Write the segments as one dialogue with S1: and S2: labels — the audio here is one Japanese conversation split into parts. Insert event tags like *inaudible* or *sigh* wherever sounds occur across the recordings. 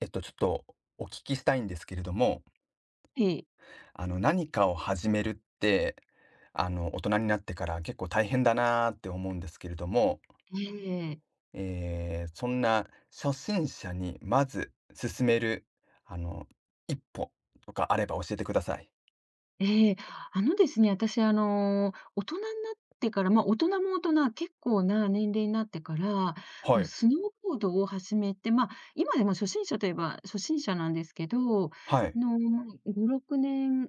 S1: ちょっとお聞きしたいんですけれども、
S2: ええ。
S1: 何かを始めるって、大人になってから結構大変だなーって思うんですけれども、
S2: ええ、
S1: そんな初心者にまず進める、あの、一歩とかあれば教えてください。
S2: ええ。ですね、私、大人になってから、まあ、大人も大人、結構な年齢になってから、
S1: はい。
S2: スノーボードを始めて、まあ、今でも初心者といえば初心者なんですけど、
S1: はい。
S2: の、5、6年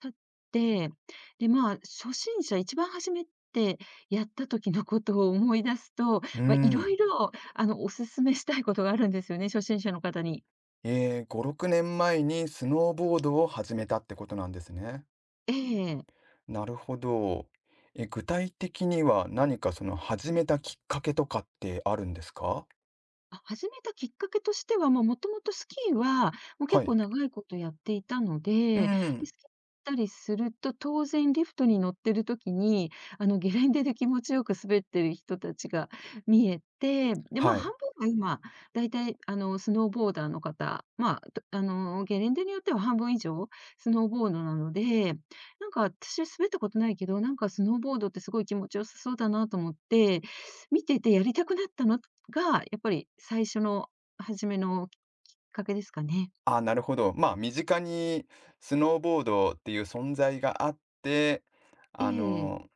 S2: 経って、で、まあ、初心者一番初めてやった時のことを思い出すと、
S1: うー
S2: まあ、いろ
S1: ん。
S2: いろお勧めしたいことがあるんですよね、初心者の方に。
S1: 5、6年前にスノーボードを始めたってことなんですね。
S2: ええ。
S1: なるほど。具体的には何かその始めたきっかけとかってあるんですか。
S2: あ、始めたきっかけとしては、まあ、もともとスキーは、もう
S1: は
S2: 結構
S1: い。
S2: 長いことやっていたの
S1: う
S2: で、で、
S1: ん。
S2: スキーしたりすると、当然リフトに乗ってる時に、ゲレンデで気持ちよく滑ってる人たちが見えて、で、まあ、
S1: はい。
S2: 半分が今、だいたい、スノーボーダーの方、まあ、とゲレンデによっては半分以上、スノーボードなので、なんか私滑ったことないけど、なんかスノーボードってすごい気持ちよさそうだなと思って、見ててやりたくなったのが、やっぱり最初の初めのきっかけですかね。
S1: あ、なるほど。まあ、身近にスノーボードっていう存在があって、
S2: え
S1: あ
S2: え。
S1: の、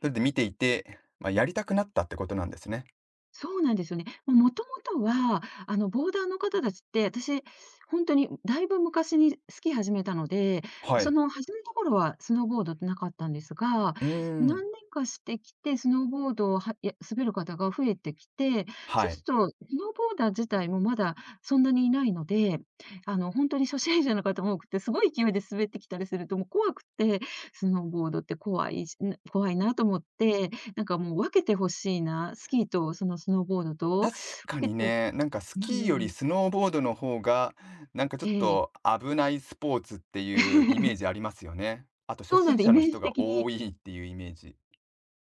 S1: それで見ていて、まあ、やりたくなったってことなんですね。
S2: そうなんですよね。もともとは、ボーダーの方たちって、私、本当にだいぶ昔にスキー始めたので、
S1: は
S2: そ
S1: い。
S2: の始めた頃はスノーボードってなかったんですが、
S1: うー
S2: 何
S1: ん。
S2: 年かしてきて、スノーボードを滑る方が増えてきて、そ
S1: は
S2: うす
S1: い。
S2: ると、スノーボーダー自体もまだそんなにいないので、本当に初心者の方も多くて、すごい勢いで滑ってきたりするともう怖くて、スノーボードって怖いなと思って、なんかもう分けてほしいな、スキーとそのスノーボードと、
S1: 確か
S2: 分け
S1: に
S2: てほね
S1: ね、なんかスキーより
S2: え、
S1: スノーボードの方が、なんかちょ
S2: え
S1: っと
S2: え。
S1: 危ないスポーツっていうイメージ
S2: *laughs*
S1: ありますよね。あと初
S2: そうなん
S1: 心
S2: で、イ
S1: 者の
S2: メー
S1: 人
S2: ジ
S1: が
S2: 的に
S1: 多いっていうイメージ。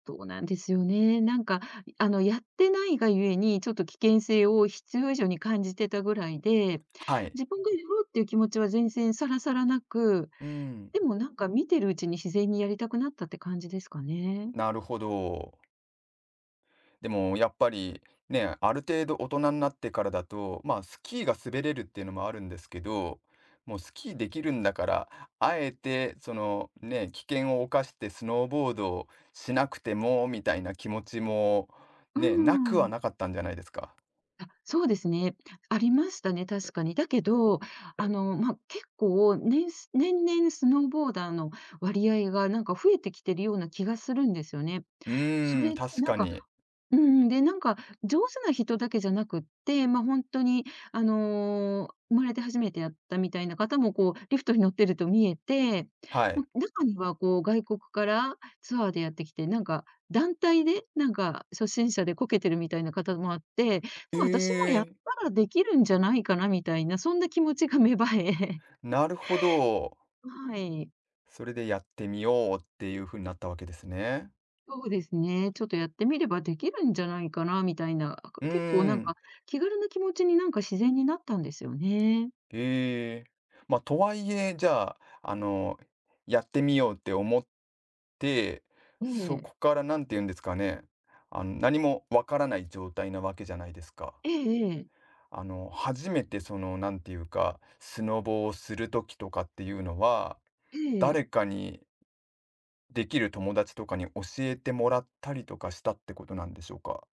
S2: そうなんですよね。なんか、やってないがゆえに、ちょっと危険性を必要以上に感じてたぐらいで、
S1: はい。
S2: 自分がやろうっていう気持ちは全然さらさらなく、
S1: うん。
S2: でもなんか見てるうちに自然にやりたくなったって感じですかね。
S1: なるほど。でもやっぱりね、ある程度大人になってからだと、まあ、スキーが滑れるっていうのもあるんですけど、もうスキーできるんだから、あえてそのね、危険を冒してスノーボードをしなくてもみたいな気持ちも
S2: うー
S1: ね、なくは
S2: ん。
S1: なかったんじゃないですか。
S2: あ、そうですね。ありましたね、確かに。だけど、まあ、結構年々スノーボーダーの割合がなんか増えてきてるような気がするんですよね。
S1: う
S2: そ
S1: ーん、
S2: れが
S1: 確
S2: なん
S1: か
S2: か、
S1: に。
S2: うん、で、なんか上手な人だけじゃなくって、まあ、ほんとに生まれて初めてやったみたいな方もこうリフトに乗ってると見えて、
S1: はい。
S2: ま、中にはこう外国からツアーでやってきて、なんか団体で、なんか初心者でこけてるみたいな方もあって、
S1: え
S2: ま、私もやっ
S1: え、
S2: たらできるんじゃないかなみたいな、そんな気持ちが芽生え。
S1: なるほど。
S2: *laughs* はい。
S1: それでやってみようっていう風になったわけですね。
S2: そうですね。ちょっとやってみればできるんじゃないかなみたいな、
S1: うー
S2: 結構なん
S1: ん。
S2: か気軽な気持ちになんか自然になったんですよね。
S1: ええ。ま、あとはいえ、じゃあ、やってみようって思って、
S2: え
S1: そ
S2: え。
S1: こからなんて言うんですかね、何もわからない状態なわけじゃないですか。
S2: ええ、ええ。
S1: 初めてその、なんていうか、スノボをする時とかっていうのは、
S2: え
S1: 誰
S2: え。
S1: かに、できる友達とかに教えてもらったりとかしたってことなんでしょうか？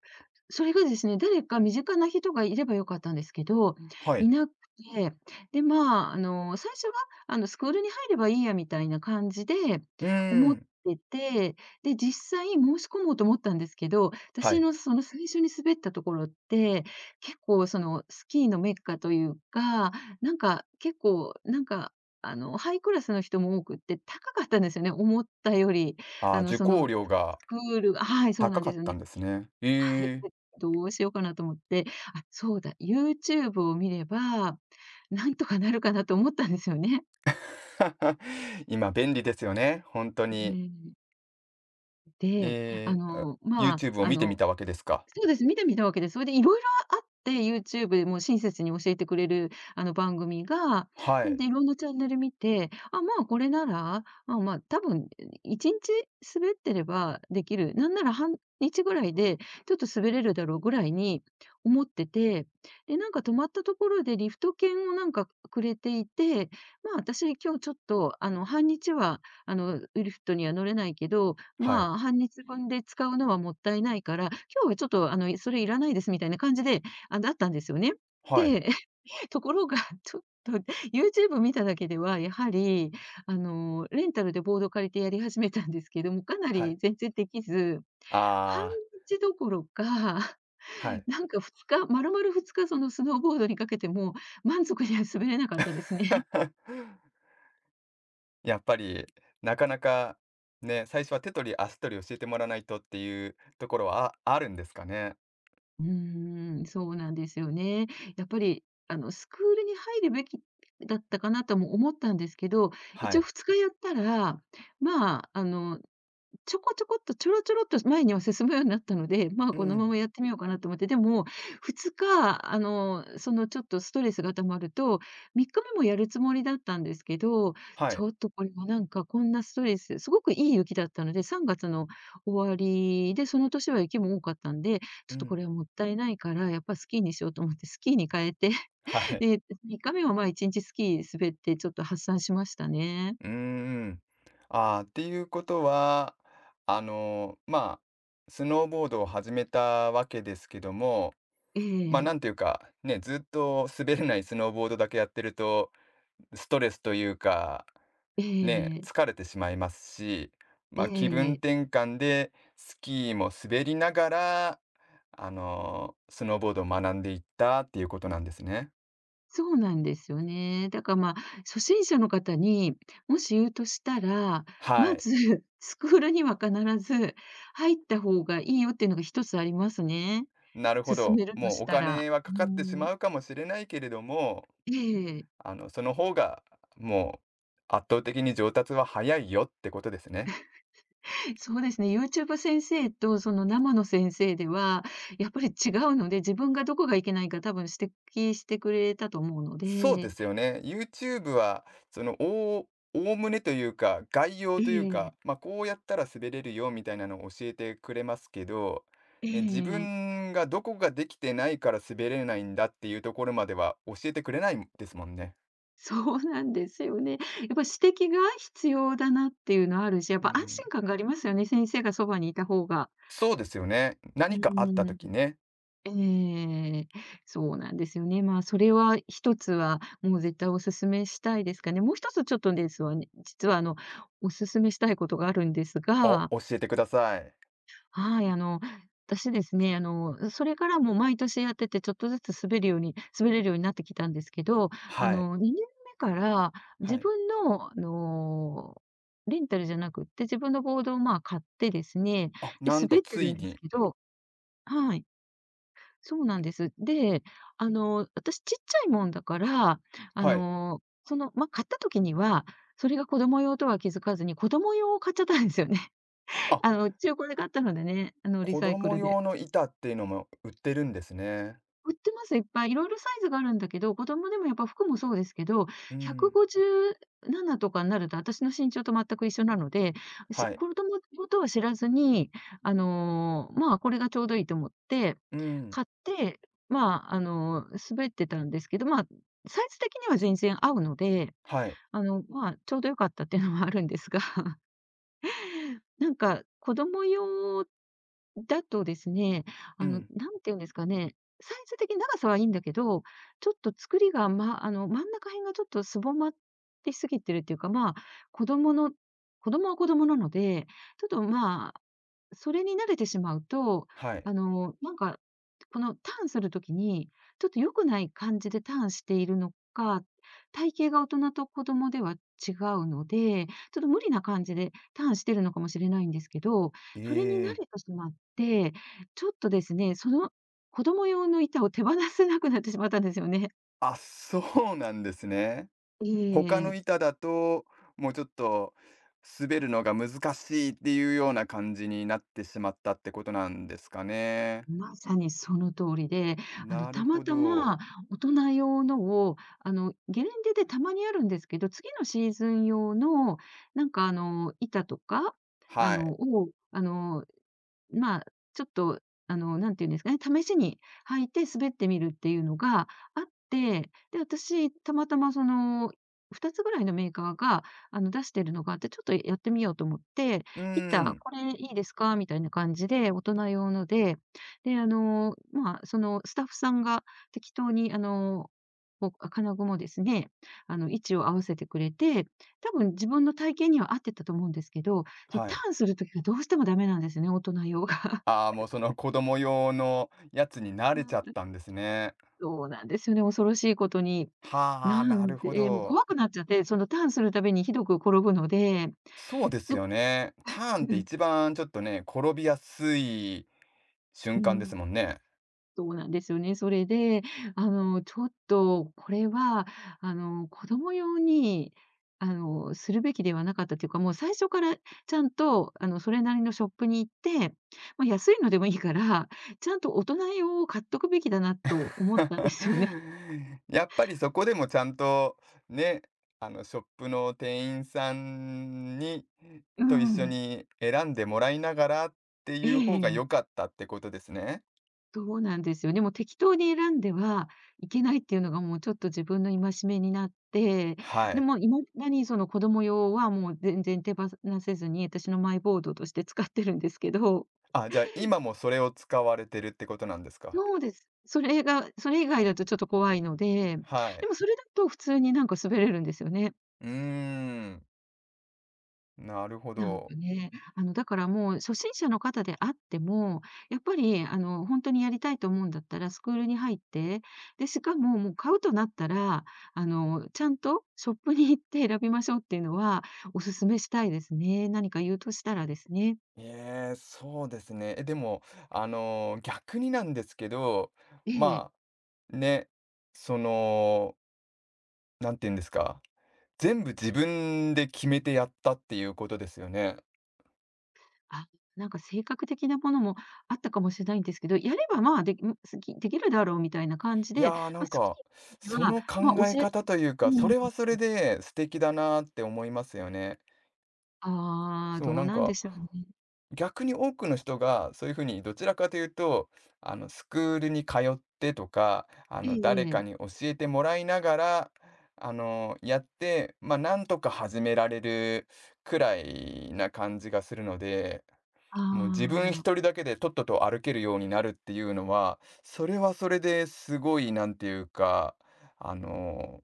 S2: それがですね、誰か身近な人がいればよかったんですけど、
S1: は
S2: い
S1: い。
S2: なくて、で、まあ、最初は、スクールに入ればいいやみたいな感じで
S1: うー
S2: 思っ
S1: ん。
S2: てて、で、実際申し込もうと思ったんですけど、
S1: は
S2: 私
S1: い。
S2: のその最初に滑ったところって、結構そのスキーのメッカというか、なんか結構、なんか、ハイクラスの人も多くって高かったんですよね、思ったより。
S1: ああ、受講料が
S2: スクールが、はい、そう
S1: 高
S2: なん
S1: か
S2: です
S1: っ
S2: よ
S1: たん
S2: ね。
S1: ですね。
S2: はい。
S1: ええ。
S2: どうしようかなと思って、あ、そうだ、YouTube を見れば、なんとかなるかなと思ったんですよね。
S1: *laughs* 今便利ですよね、本当
S2: う
S1: に。
S2: ん。で、あ
S1: ええ、あ、
S2: の、まあ、
S1: YouTube を
S2: あ
S1: 見てみ
S2: の
S1: たわけですか？
S2: そうです、見てみたわけです。それでいろいろあって、YouTube でもう親切に教えてくれる、番組が、
S1: は
S2: ね、
S1: い、
S2: で、いろんなチャンネル見て、あ、まあ、これなら、まあまあ、多分1日滑ってればできる、なんなら半日ぐらいでちょっと滑れるだろうぐらいに思ってて、で、なんか泊まったところでリフト券をなんかくれていて、まあ、私今日ちょっと、半日は、リフトには乗れないけど、
S1: はい、
S2: まあ、半日分で使うのはもったいないから、今日はちょっとそれいらないですみたいな感じで、あ、だったんですよね。
S1: はい、
S2: で、*laughs* ところが、*laughs* ちょっと YouTube 見ただけでは、やはり、レンタルでボード借りてやり始めたんですけども、かな
S1: はい。
S2: り全然できず、半
S1: あ
S2: 日どころか、
S1: ー、は
S2: *laughs*
S1: い。
S2: なんか2日、丸々2日そのスノーボードにかけても、満足には滑れなかったですね。
S1: *laughs* やっぱり、なかなか、ね、最初は手取り足取り教えてもらわないとっていうところはああるんですかね？
S2: うーん、そうなんですよね。やっぱり、スクールに入るべきだったかなとも思ったんですけど、
S1: は
S2: 一応
S1: い。
S2: 2日やったら、まあ、ちょこちょこっと、ちょろちょろっと前には進むようになったので、まあ、
S1: う
S2: このま
S1: ん、
S2: まやってみようかなと思って、でも、2日、そのちょっとストレスが溜まると、3日目もやるつもりだったんですけど、
S1: は
S2: ち
S1: い、
S2: ょっとこれはなんかこんなストレス、すごくいい雪だったので、3月の終わりで、その年は雪も多かったんで、ち
S1: う
S2: ょっとこれ
S1: ん、
S2: はもったいないから、やっぱスキーにしようと思ってスキーに変えて、
S1: は
S2: *laughs*
S1: い。
S2: で、3日目はまあ、1日スキー滑ってちょっと発散しましたね。
S1: うーん。ああ、っていうことは、まあ、スノーボードを始めたわけですけども、
S2: え
S1: まあ、
S2: え、
S1: なんていうか、ね、ずっと滑れないスノーボードだけやってると、ストレスというか、
S2: え
S1: ね、
S2: え、
S1: 疲れてしまいますし、まあ、気分
S2: ええ。
S1: 転換でスキーも滑りながら、スノーボードを学んでいったっていうことなんですね。
S2: そうなんですよね。だからまあ、初心者の方にもし言うとしたら、
S1: は
S2: ま
S1: い。
S2: ず、 *laughs* スクールには必ず入った方がいいよっていうのが一つありますね。
S1: なるほ
S2: 勧
S1: ど。
S2: めると
S1: もう
S2: し
S1: お
S2: たら。
S1: 金はか
S2: う
S1: かってし
S2: ん。
S1: まうかもしれないけれども、
S2: ええ。
S1: その方が、もう、圧倒的に上達は早いよってことですね。
S2: そうですね、YouTube 先生とその生の先生では、やっぱり違うので、自分がどこがいけないか多分指摘してくれたと思うの
S1: そうで
S2: で。
S1: すよね。YouTube は、その、おおおおむねというか、概要
S2: え
S1: というか、
S2: え、
S1: まあ、こうやったら滑れるよみたいなのを教えてくれますけど、
S2: え
S1: ね、自
S2: え。
S1: 分がどこができてないから滑れないんだっていうところまでは教えてくれないですもんね。
S2: そうなんですよね。やっぱ指摘が必要だなっていうのはあるし、やっ
S1: う
S2: ぱ安心
S1: ん。
S2: 感がありますよね、先生がそばにいた方が。
S1: そうですよね。
S2: う
S1: 何かあった
S2: ーん、
S1: 時ね、
S2: ええ、そうなんですよね。まあ、それは一つは、もう絶対お勧めしたいですかね。もう一つちょっとですわね、実はお勧めしたいことがあるんです
S1: 「あ、
S2: が、
S1: 教えてください」。
S2: はい、私ですね、それからも毎年やってて、ちょっとずつ滑るように滑れるようになってきたんですけど、
S1: はい、
S2: 2年目から
S1: は
S2: 自
S1: い。
S2: 分の、レンタルじゃなくって、自分のボードを、まあ、買ってですね、
S1: あ、
S2: で、
S1: なんと
S2: 滑って
S1: つ
S2: る
S1: い
S2: んです
S1: に。
S2: けど、はい、そうなんです。で、私ちっちゃいもんだから、あ
S1: はい。
S2: の、まあ、買った時には、それが子供用とは気づかずに、子供用を買っちゃったんですよね。
S1: あ、
S2: *laughs* 中古で買ったのでね、リ
S1: 子
S2: サイク
S1: 供
S2: ルで。
S1: 用の板っていうのも売ってるんですね。
S2: 売ってます、いっぱい。いろいろサイズがあるんだけど、子供でもやっぱ服もそうですけど、
S1: うん。
S2: 157とかになると、私の身長と全く一緒なので、し
S1: はい。
S2: 子供のことは知らずに、まあ、これがちょうどいいと思って、
S1: うん。
S2: 買って、まあ、滑ってたんですけど、まあ、サイズ的には全然合うので、
S1: はい。
S2: まあ、ちょうど良かったっていうのはあるんですが、*laughs* なんか、子供用だとですね、
S1: うん。
S2: なんていうんですかね、サイズ的に長さはいいんだけど、ちょっと作りが、ま、真ん中辺がちょっとすぼまってすぎてるっていうか、まあ、子供の子供は子供なので、ちょっとまあそれに慣れてしまうと、
S1: はい。
S2: あの、なんか、このターンするときに、ちょっと良くない感じでターンしているのか、体型が大人と子供では違うので、ちょっと無理な感じでターンしてるのかもしれないんですけど、
S1: え
S2: それに慣れ
S1: え。
S2: てしまって、ちょっとですね、その子供用の板を手放せなくなってしまったんですよね。
S1: あ、そうなんですね。
S2: え
S1: 他の
S2: え。
S1: 板だと、もうちょっと滑るのが難しいっていうような感じになってしまったってことなんですかね。
S2: まさにその通りで、
S1: なる
S2: たま
S1: ほ
S2: た
S1: ど。
S2: ま大人用のを、ゲレンデでたまにあるんですけど、次のシーズン用の、板とか、あ
S1: はい。
S2: の、を、あの、まあ、ちょっと、なんて言うんですかね、試しに履いて滑ってみるっていうのがあって、で、私、たまたまその、2つぐらいのメーカーが、出してるのがあって、ちょっとやってみようと思って、
S1: う
S2: 板、
S1: ん。
S2: これいいですかみたいな感じで、大人用ので、で、まあ、その、スタッフさんが適当に、こう金具もですね、位置を合わせてくれて、多分自分の体型には合ってたと思うんですけど、そう、
S1: は
S2: タ
S1: い。
S2: ーンするときがどうしてもダメなんですね、大人用が。
S1: ああ、もうその子供用のやつに慣れちゃっ
S2: *laughs*
S1: たんですね。
S2: そうなんですよね、恐ろしいことに。
S1: は
S2: な
S1: あ、な
S2: ん
S1: るほ
S2: で、もう
S1: ど。
S2: 怖くなっちゃって、そのターンするたびにひどく転ぶので、
S1: そうです
S2: でも
S1: よね。ターンって
S2: *laughs*
S1: 一番ちょっとね、転びやすい
S2: う
S1: 瞬間です
S2: ん
S1: もんね。
S2: そうなんですよね。それで、ちょっとこれは、子供用に、するべきではなかったというか、もう最初からちゃんと、それなりのショップに行って、まあ、安いのでもいいから、ちゃんと大人用を買っとくべきだなと思ったんですよね。
S1: *laughs* やっぱりそこでもちゃんとね、あのショップの店員さんに
S2: う
S1: と一緒
S2: ん。
S1: に選んでもらいながらって
S2: え
S1: いう
S2: え
S1: 方が
S2: え
S1: 良か
S2: え。
S1: ったってことですね。
S2: そうなんですよ。でも適当に選んではいけないっていうのがもうちょっと自分の戒めになって、
S1: は
S2: で
S1: い。
S2: も今だにその子供用はもう全然手放せずに、私のマイボードとして使ってるんですけど。
S1: あ、じゃあ今もそれを使われてるってことなんですか。
S2: そうです。それがそれ以外だとちょっと怖いので、
S1: は
S2: で
S1: い。
S2: もそれだと普通になんか滑れるんですよね。
S1: うーん、なるほ
S2: なん
S1: ど。
S2: かね、だからもう初心者の方であっても、やっぱり本当にやりたいと思うんだったらスクールに入って、で、しかも、もう買うとなったら、ちゃんとショップに行って選びましょうっていうのはお勧めしたいですね。何か言うとしたらですね。
S1: ええ、そうですね。でも、逆になんですけど、
S2: ええ。
S1: まあ、ね、その、何て言うんですか、全部自分で決めてやったっていうことですよね。
S2: あ、なんか性格的なものもあったかもしれないんですけど、やればまあ、できん、すきできるだろうみたいな感じ
S1: いや
S2: で、ま
S1: ー、な
S2: あ、好
S1: ん
S2: き
S1: か、
S2: な時
S1: そ
S2: は、
S1: の考
S2: まあ、
S1: え
S2: 教えて
S1: 方という
S2: う
S1: か、そ
S2: ん。
S1: れはそれで素敵だなーって思いますよね。
S2: ああ、
S1: そう、
S2: ど
S1: な
S2: う
S1: ん
S2: なんで
S1: か
S2: しょうね。
S1: 逆に多くの人が、そういう風にどちらかというと、スクールに通ってとか、
S2: え
S1: 誰か
S2: え。
S1: に教えてもらいながら、やって、ま、あなんとか始められるくらいな感じがするので、
S2: あ
S1: もう自分一
S2: あ、
S1: 人だけでとっとと歩けるようになるっていうのは、それはそれですごいなんていうか、あの、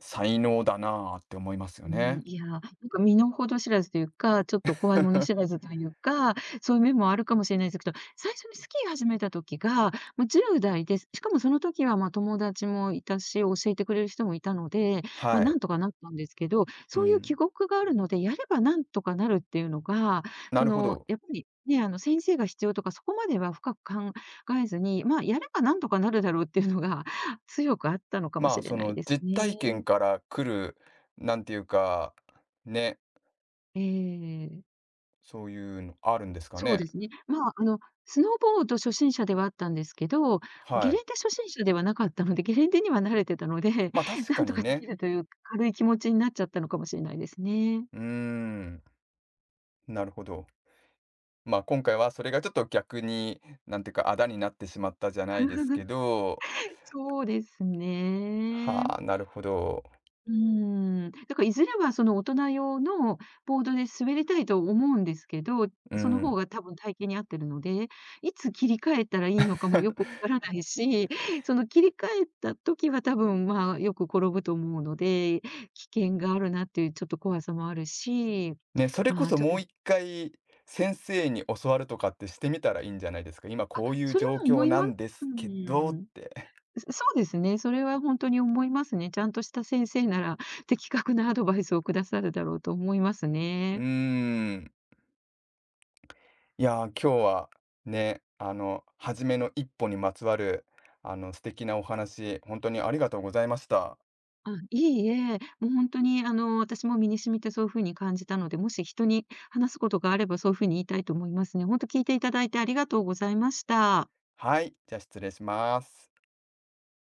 S1: 才能だなあって思いますよ
S2: うん、
S1: ね。
S2: いや、なんか身の程知らずというか、ちょっと怖いもの知ら
S1: *laughs*
S2: ずというか、そういう面もあるかもしれないですけど、最初にスキー始めた時が、もう10代で、すしかもその時はま、友達もいたし、教えてくれる人もいたので、
S1: は
S2: ま、な
S1: い。
S2: んとかなったんですけど、
S1: う
S2: そういう記
S1: ん。
S2: 憶があるので、やればなんとかなるっていうのが、
S1: な
S2: そ
S1: るほ
S2: の、
S1: ど。
S2: やっぱりね、先生が必要とか、そこまでは深く考えずに、まあ、やればなんとかなるだろうっていうのが *laughs* 強くあったのかも
S1: まあ、
S2: しれ
S1: そ
S2: ない
S1: の
S2: です
S1: 実体
S2: ね。
S1: 験から来る、なんていうか、ね、
S2: ええ、
S1: そういうのあるんですか
S2: そう
S1: ね。
S2: ですね。まあ、スノーボード初心者ではあったんですけど、ゲ
S1: は
S2: レン
S1: い。
S2: デ初心者ではなかったので、ゲレンデには慣れてたので、
S1: ま、
S2: *laughs*
S1: 確
S2: な
S1: か
S2: んと
S1: に
S2: かでき
S1: ね。
S2: るという軽い気持ちになっちゃったのかもしれないですね。
S1: うーん、なるほど。ま、あ今回はそれがちょっと逆に、なんていうか、あだになってしまったじゃないですけど、
S2: そうですね。
S1: はあ、なるほど。
S2: うーん。だからいずれはその大人用のボードで滑りたいと思うんですけど、
S1: う
S2: その方
S1: ん。
S2: が多分体型に合ってるので、いつ切り替えたらいいのかもよくわ
S1: *laughs*
S2: からないし、*laughs* その切り替えた時は多分、まあ、よく転ぶと思うので、危険があるなっていうちょっと怖さもあるし、
S1: ね、それこ
S2: まあ、
S1: そ
S2: ちょ
S1: も
S2: っ
S1: う
S2: と、
S1: 一回先生に教わるとかってしてみたらいいんじゃないですか？今
S2: あ、
S1: こういう
S2: それは
S1: 状
S2: 思
S1: 況
S2: い
S1: な
S2: ま
S1: ん
S2: う
S1: ですけどっ
S2: ん。
S1: て。
S2: そそうですね、それは本当に思いますね。ちゃんとした先生なら、的確なアドバイスをくださるだろうと思います
S1: うー
S2: ね。
S1: ん。いやー、今日はね、初めの一歩にまつわる、素敵なお話、本当にありがとうございました。
S2: あ、いいえ、もう本当に私も身に染みてそういう風に感じたので、もし人に話すことがあればそういう風に言いたいと思いますね。本当聞いていただいてありがとうございました。
S1: はい、じゃ、失礼します。